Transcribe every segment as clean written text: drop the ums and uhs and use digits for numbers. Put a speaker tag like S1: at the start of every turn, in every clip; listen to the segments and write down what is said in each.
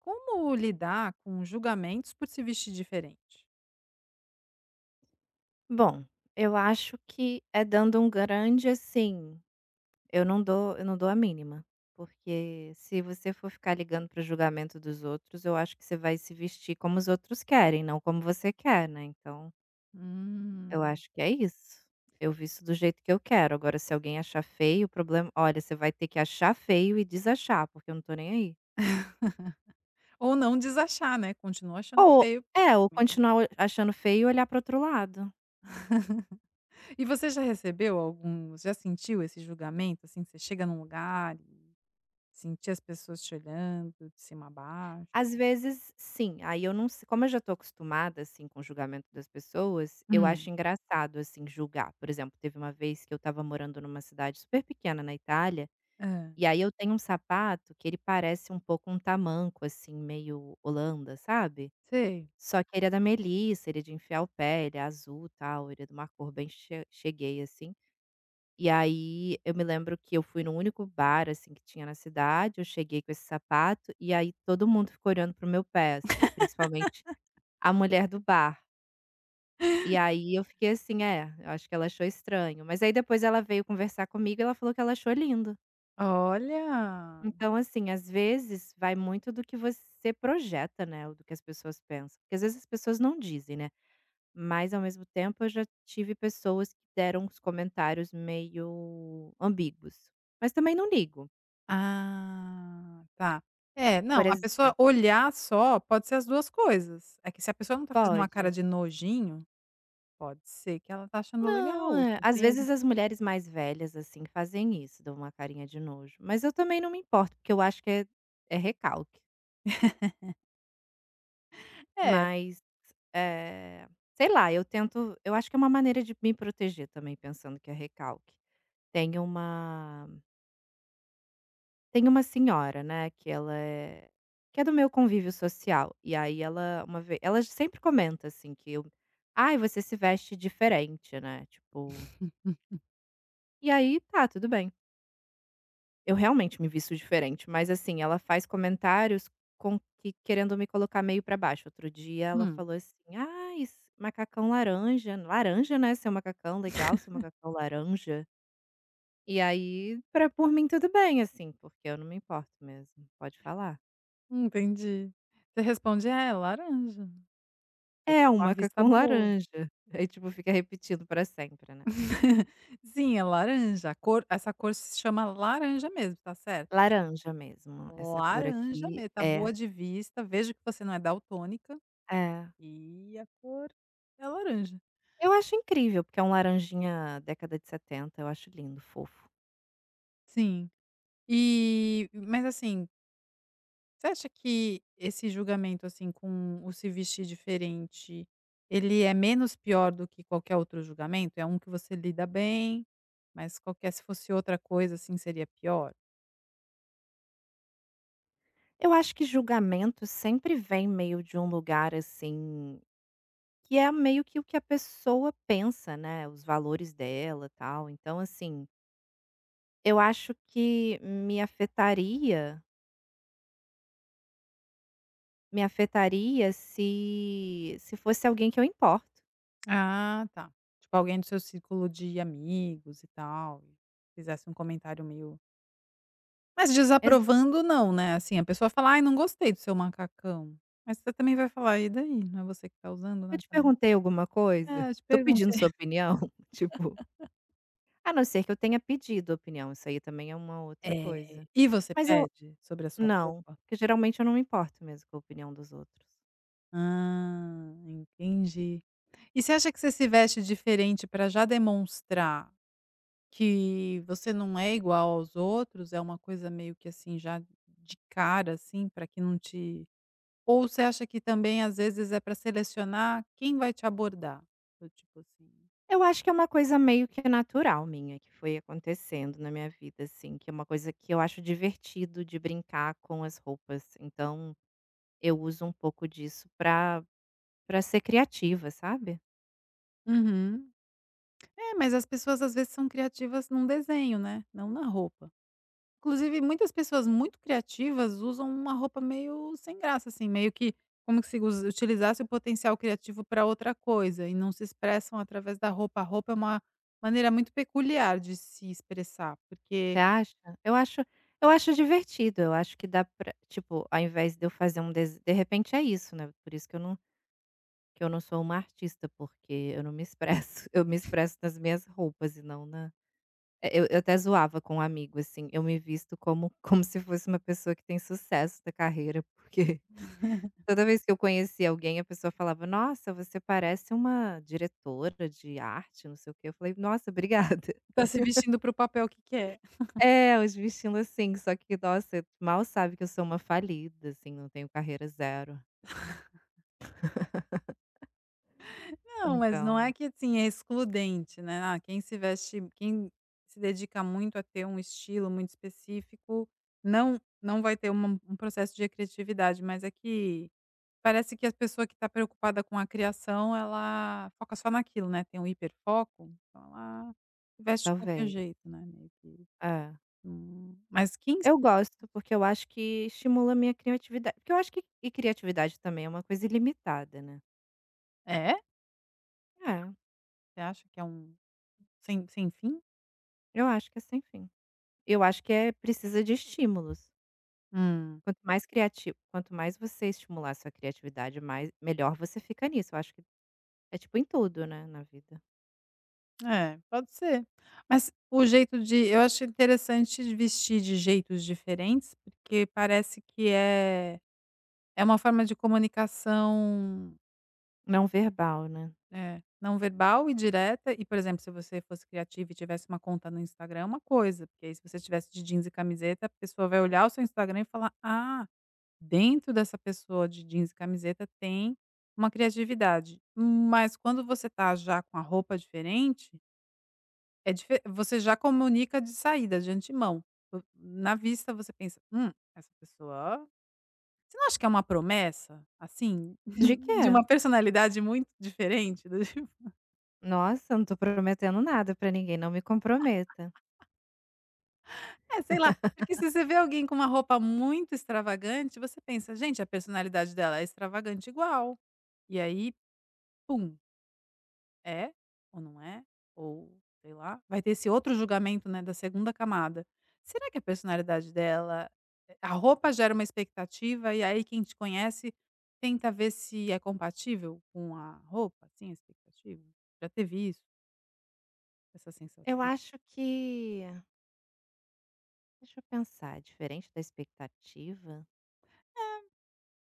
S1: Como lidar com julgamentos por se vestir diferente?
S2: Bom, eu acho que é dando um grande assim, eu não dou a mínima, porque se você for ficar ligando para o julgamento dos outros, eu acho que você vai se vestir como os outros querem, não como você quer, né, então eu
S1: Hum.
S2: acho que é isso. Eu visto do jeito que eu quero, agora se alguém achar feio, o problema olha, você vai ter que achar feio e desachar, porque eu não estou nem aí.
S1: Ou não desachar, né, continua achando
S2: Ou
S1: feio.
S2: é, ou continuar o achando feio e olhar para outro lado.
S1: E você já recebeu algum já sentiu esse julgamento, assim, que você chega num lugar e sentir as pessoas te olhando de cima a baixo?
S2: Às vezes, sim. Aí eu não se como eu já tô acostumada, assim, com o julgamento das pessoas, eu
S1: Hum.
S2: acho engraçado, assim, julgar. Por exemplo, teve uma vez que eu estava morando numa cidade super pequena na Itália,
S1: Hã.
S2: e aí eu tenho um sapato que ele parece um pouco um tamanco, assim, meio Holanda, sabe.
S1: Sei.
S2: Só que ele é da Melissa, ele é de enfiar o pé, ele é azul, tal, ele é de uma cor bem cheguei, assim. E aí, eu me lembro que eu fui no único bar, assim, que tinha na cidade, eu cheguei com esse sapato, e aí todo mundo ficou olhando pro meu pé, assim, principalmente a mulher do bar. E aí eu fiquei assim: "É, eu acho que ela achou estranho". Mas aí depois ela veio conversar comigo e ela falou que ela achou lindo.
S1: Olha!
S2: Então, assim, às vezes vai muito do que você projeta, né, ou do que as pessoas pensam. Porque às vezes as pessoas não dizem, né, mas ao mesmo tempo eu já tive pessoas que deram uns comentários meio ambíguos. Mas também não ligo.
S1: Ah, tá. É,
S2: Por
S1: não, a
S2: exemplo
S1: pessoa olhar só pode ser as 2 coisas. É que se a pessoa não tá fazendo uma cara
S2: pode.
S1: de nojinho. Pode ser que ela tá achando legal
S2: Não,
S1: ou
S2: é. Às
S1: surpresa.
S2: vezes as mulheres mais velhas, assim, fazem isso, dão uma carinha de nojo, mas eu também não me importo, porque eu acho que é recalque.
S1: É.
S2: Mas, eh, sei lá, eu tento eu acho que é uma maneira de me proteger também pensando que é recalque. Tem uma tem uma senhora, né, que ela é que é do meu convívio social, e aí ela uma vez ela sempre comenta, assim, que eu: "Ai, você se veste diferente, né", tipo, e aí tá, tudo bem. Eu realmente me visto diferente, mas assim, ela faz comentários com que querendo me colocar meio pra baixo. Outro dia ela falou assim: ah, s macacão laranja, laranja, né, seu macacão, legal seu macacão laranja". E aí, para por mim tudo bem, assim, porque eu não me importo mesmo, pode falar.
S1: Entendi. Você responde: "É, laranja". Você
S2: "É,
S1: tá
S2: um
S1: com a vista
S2: macacão
S1: boa.
S2: laranja". Aí, tipo, fica repetindo pra sempre, né.
S1: Sim, é laranja, a cor essa cor se chama laranja mesmo, tá certo?
S2: Laranja mesmo, essa cor
S1: Laranja
S2: aqui
S1: mesmo, tá
S2: é,
S1: boa de vista, vejo que você não é daltônica,
S2: é.
S1: e a cor é laranja.
S2: Eu acho incrível, porque é um laranjinha década de 70. Eu acho lindo, fofo.
S1: Sim. E mas assim, você acha que esse julgamento, assim, com o se vestir diferente, ele é menos pior do que qualquer outro julgamento? É um que você lida bem, mas qualquer se fosse outra coisa, assim, seria pior?
S2: Eu acho que julgamento sempre vem meio de um lugar, assim, que é meio que o que a pessoa pensa, né, os valores dela, tal. Então, assim, eu acho que me afetaria se fosse alguém que eu importo.
S1: Ah, tá. Tipo, alguém do seu círculo de amigos e tal, e fizesse um comentário meio, mas
S2: Exa
S1: desaprovando não, né, assim, a pessoa fala: "Ai, não gostei do seu macacão", mas você também vai falar: "E daí? Não é você que tá usando,
S2: Eu
S1: né,
S2: te
S1: também".
S2: perguntei alguma coisa?
S1: É, eu te
S2: Tô pedindo
S1: perguntei.
S2: sua opinião? Tipo, a não ser que eu tenha pedido opinião, isso aí também é uma outra
S1: É.
S2: coisa.
S1: E você
S2: Mas eu
S1: pede sobre a sua
S2: Não,
S1: roupa?
S2: porque geralmente eu não me importo mesmo com a opinião dos outros.
S1: Ah, entendi. E você acha que você se veste diferente para já demonstrar que você não é igual aos outros? É uma coisa meio que assim, já de cara, assim, para que não te, ou você acha que também às vezes é para selecionar quem vai te abordar? Do tipo assim.
S2: Eu acho que é uma coisa meio que natural minha, que foi acontecendo na minha vida, assim, que é uma coisa que eu acho divertido de brincar com as roupas. Então, eu uso um pouco disso pra ser criativa, sabe.
S1: Uhum. É, mas as pessoas às vezes são criativas num desenho, né, não na roupa. Inclusive, muitas pessoas muito criativas usam uma roupa meio sem graça, assim, meio que como que se us utilizasse o potencial criativo para outra coisa e não se expressam através da roupa. A roupa é uma maneira muito peculiar de se expressar,
S2: Você
S1: porque
S2: acha? Eu acho eu acho divertido, eu acho que dá pra tipo, ao invés de eu fazer um dese de repente é isso, né, por isso que eu não sou uma artista, porque eu não me expresso, eu me expresso nas minhas roupas e não na É, eu até zoava com um amigo, assim, eu me visto como como se fosse uma pessoa que tem sucesso da carreira, porque toda vez que eu conhecia alguém, a pessoa falava: "Nossa, você parece uma diretora de arte, não sei o quê". Eu falei: "Nossa, obrigada".
S1: está se vestindo para o papel que quer.
S2: É, os vestindo assim, só que, nossa, mal sabe que eu sou uma falida, assim, não tenho carreira zero.
S1: Não, mas não é
S2: Então,
S1: que, assim, é excludente, né, ah, quem se veste, quem se dedica muito a ter um estilo muito específico, não não vai ter uma um processo de criatividade, mas é que parece que a pessoa que está preocupada com a criação, ela foca só naquilo, né, tem um hiperfoco, então ela veste de qualquer
S2: talvez.
S1: jeito, né, meio que
S2: É.
S1: não mas 15
S2: Eu gosto, porque eu acho que estimula a minha criatividade porque eu acho que e criatividade também é uma coisa ilimitada, né.
S1: é?
S2: É,
S1: Você acha que é um sem sem fim?
S2: eu acho que é sem fim. Eu acho que é precisa de estímulos.
S1: Hum,
S2: Quanto mais você estimular a sua criatividade, mais melhor você fica nisso. Eu acho que é tipo em tudo, né, na vida.
S1: é, pode ser. Mas o jeito de eu acho interessante de vestir de jeitos diferentes, porque parece que é é uma forma de comunicação.
S2: Não verbal, né.
S1: É, não verbal e direta e, por exemplo, se você fosse criativa e tivesse uma conta no Instagram, é uma coisa, porque aí se você tivesse de jeans e camiseta, a pessoa vai olhar o seu Instagram e falar: "Ah, dentro dessa pessoa de jeans e camiseta tem uma criatividade". Mas quando você tá já com a roupa diferente, é dife você já comunica de saída, de antemão. Vo na vista você pensa: essa pessoa". Você não acha que é uma promessa, assim,
S2: De quê?
S1: de uma personalidade muito diferente?
S2: Nossa, eu não tô prometendo nada pra ninguém, não me comprometa.
S1: É, sei lá, porque se você vê alguém com uma roupa muito extravagante, você pensa: "Gente, a personalidade dela é extravagante igual". E aí, pum, é ou não é, ou sei lá, vai ter esse outro julgamento, né, da segunda camada. Será que a personalidade dela, eh, a roupa gera uma expectativa e aí quem te conhece tenta ver se é compatível com a roupa, assim, a expectativa? Já teve isso, essa
S2: Eu
S1: sensação?
S2: acho que deixa eu pensar, diferente da expectativa,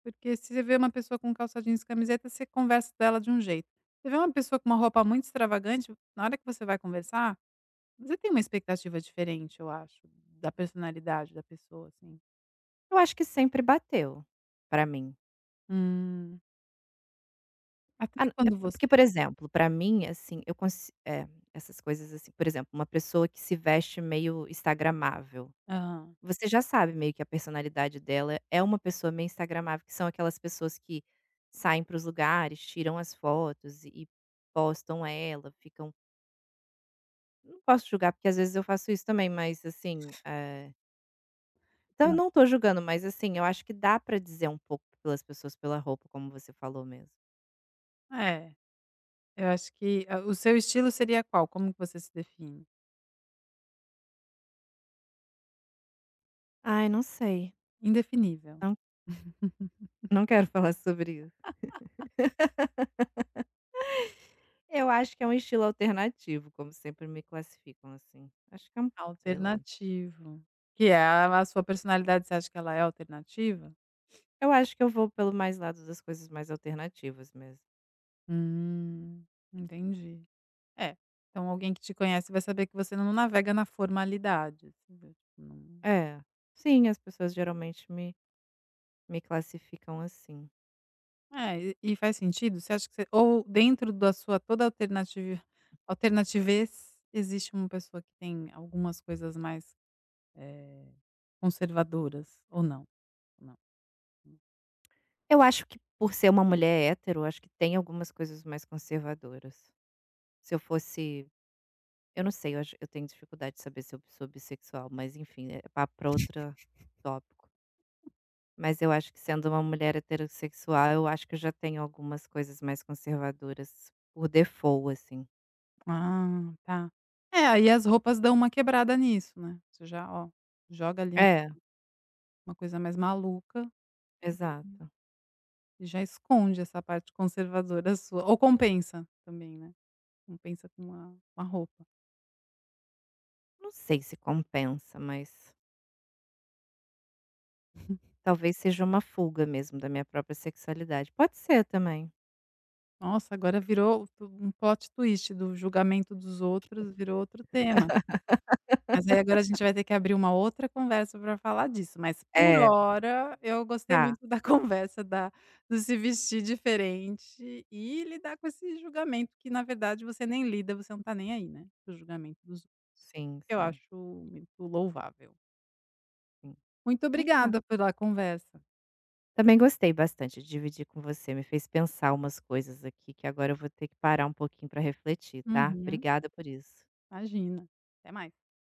S1: Porque se você vê uma pessoa com calça jeans e camiseta, você conversa dela de um jeito. Você vê uma pessoa com uma roupa muito extravagante, na hora que você vai conversar, você tem uma expectativa diferente, eu acho, da personalidade da pessoa, assim.
S2: eu acho que sempre bateu, pra mim.
S1: Hum,
S2: Ah,
S1: até
S2: n é
S1: quando você.
S2: porque, por exemplo, pra mim, assim, essas coisas assim, por exemplo, uma pessoa que se veste meio instagramável.
S1: Hã.
S2: Você já sabe meio que a personalidade dela é uma pessoa meio instagramável, que são aquelas pessoas que saem para os lugares, tiram as fotos e postam ela, ficam não posso julgar, porque às vezes eu faço isso também, mas assim, então
S1: Hã.
S2: eu não tô julgando, mas assim, eu acho que dá pra dizer um pouco pelas pessoas pela roupa, como você falou mesmo.
S1: É, eu acho que a o seu estilo seria qual? Como que você se define?
S2: Ai, não sei,
S1: Indefinível.
S2: não não quero falar sobre isso. Eu acho que é um estilo alternativo, como sempre me classificam, assim. Acho que é um sei lá.
S1: Alternativo. Que é a sua personalidade, você acha que ela é alternativa?
S2: Eu acho que eu vou pelo mais lado das coisas mais alternativas mesmo.
S1: Hum, entendi. É, então alguém que te conhece vai saber que você não navega na formalidade, assim, do tipo, não
S2: É, sim, as pessoas geralmente me classificam assim.
S1: é, e faz sentido? Você acha que você ou dentro da sua toda alternativa alternativez, existe uma pessoa que tem algumas coisas mais, eh, conservadoras ou não? Não.
S2: Eu acho que por ser uma mulher hétero, eu acho que tem algumas coisas mais conservadoras. Se eu fosse Eu não sei, eu acho eu tenho dificuldade de saber se eu sou bissexual, mas enfim, é papo pra outra tópico. Mas eu acho que sendo uma mulher heterossexual, eu acho que eu já tenho algumas coisas mais conservadoras por default, assim.
S1: Ah, tá. É, aí as roupas dão uma quebrada nisso, né, você já, ó, joga ali um-
S2: É,
S1: uma coisa mais maluca
S2: exato.
S1: e já esconde essa parte conservadora sua ou compensa também, né. Compensa com uma roupa.
S2: Não sei se compensa, mas talvez seja uma fuga mesmo da minha própria sexualidade. Pode ser também.
S1: Nossa, agora virou tu um plot twist do julgamento dos outros, virou outro tema. Mas aí agora a gente vai ter que abrir uma outra conversa para falar disso, mas por
S2: É.
S1: hora eu gostei
S2: Tá,
S1: muito da conversa da do se vestir diferente e lidar com esse julgamento que na verdade você nem lida, você não tá nem aí, né, o julgamento dos outros.
S2: sim,
S1: Eu
S2: sim,
S1: acho muito louvável.
S2: sim.
S1: Muito
S2: Então tá.
S1: obrigada pela conversa.
S2: Também gostei bastante de dividir com você, me fez pensar umas coisas aqui que agora eu vou ter que parar um pouquinho para refletir, tá?
S1: Uhum,
S2: Obrigada por isso.
S1: imagina. Até mais.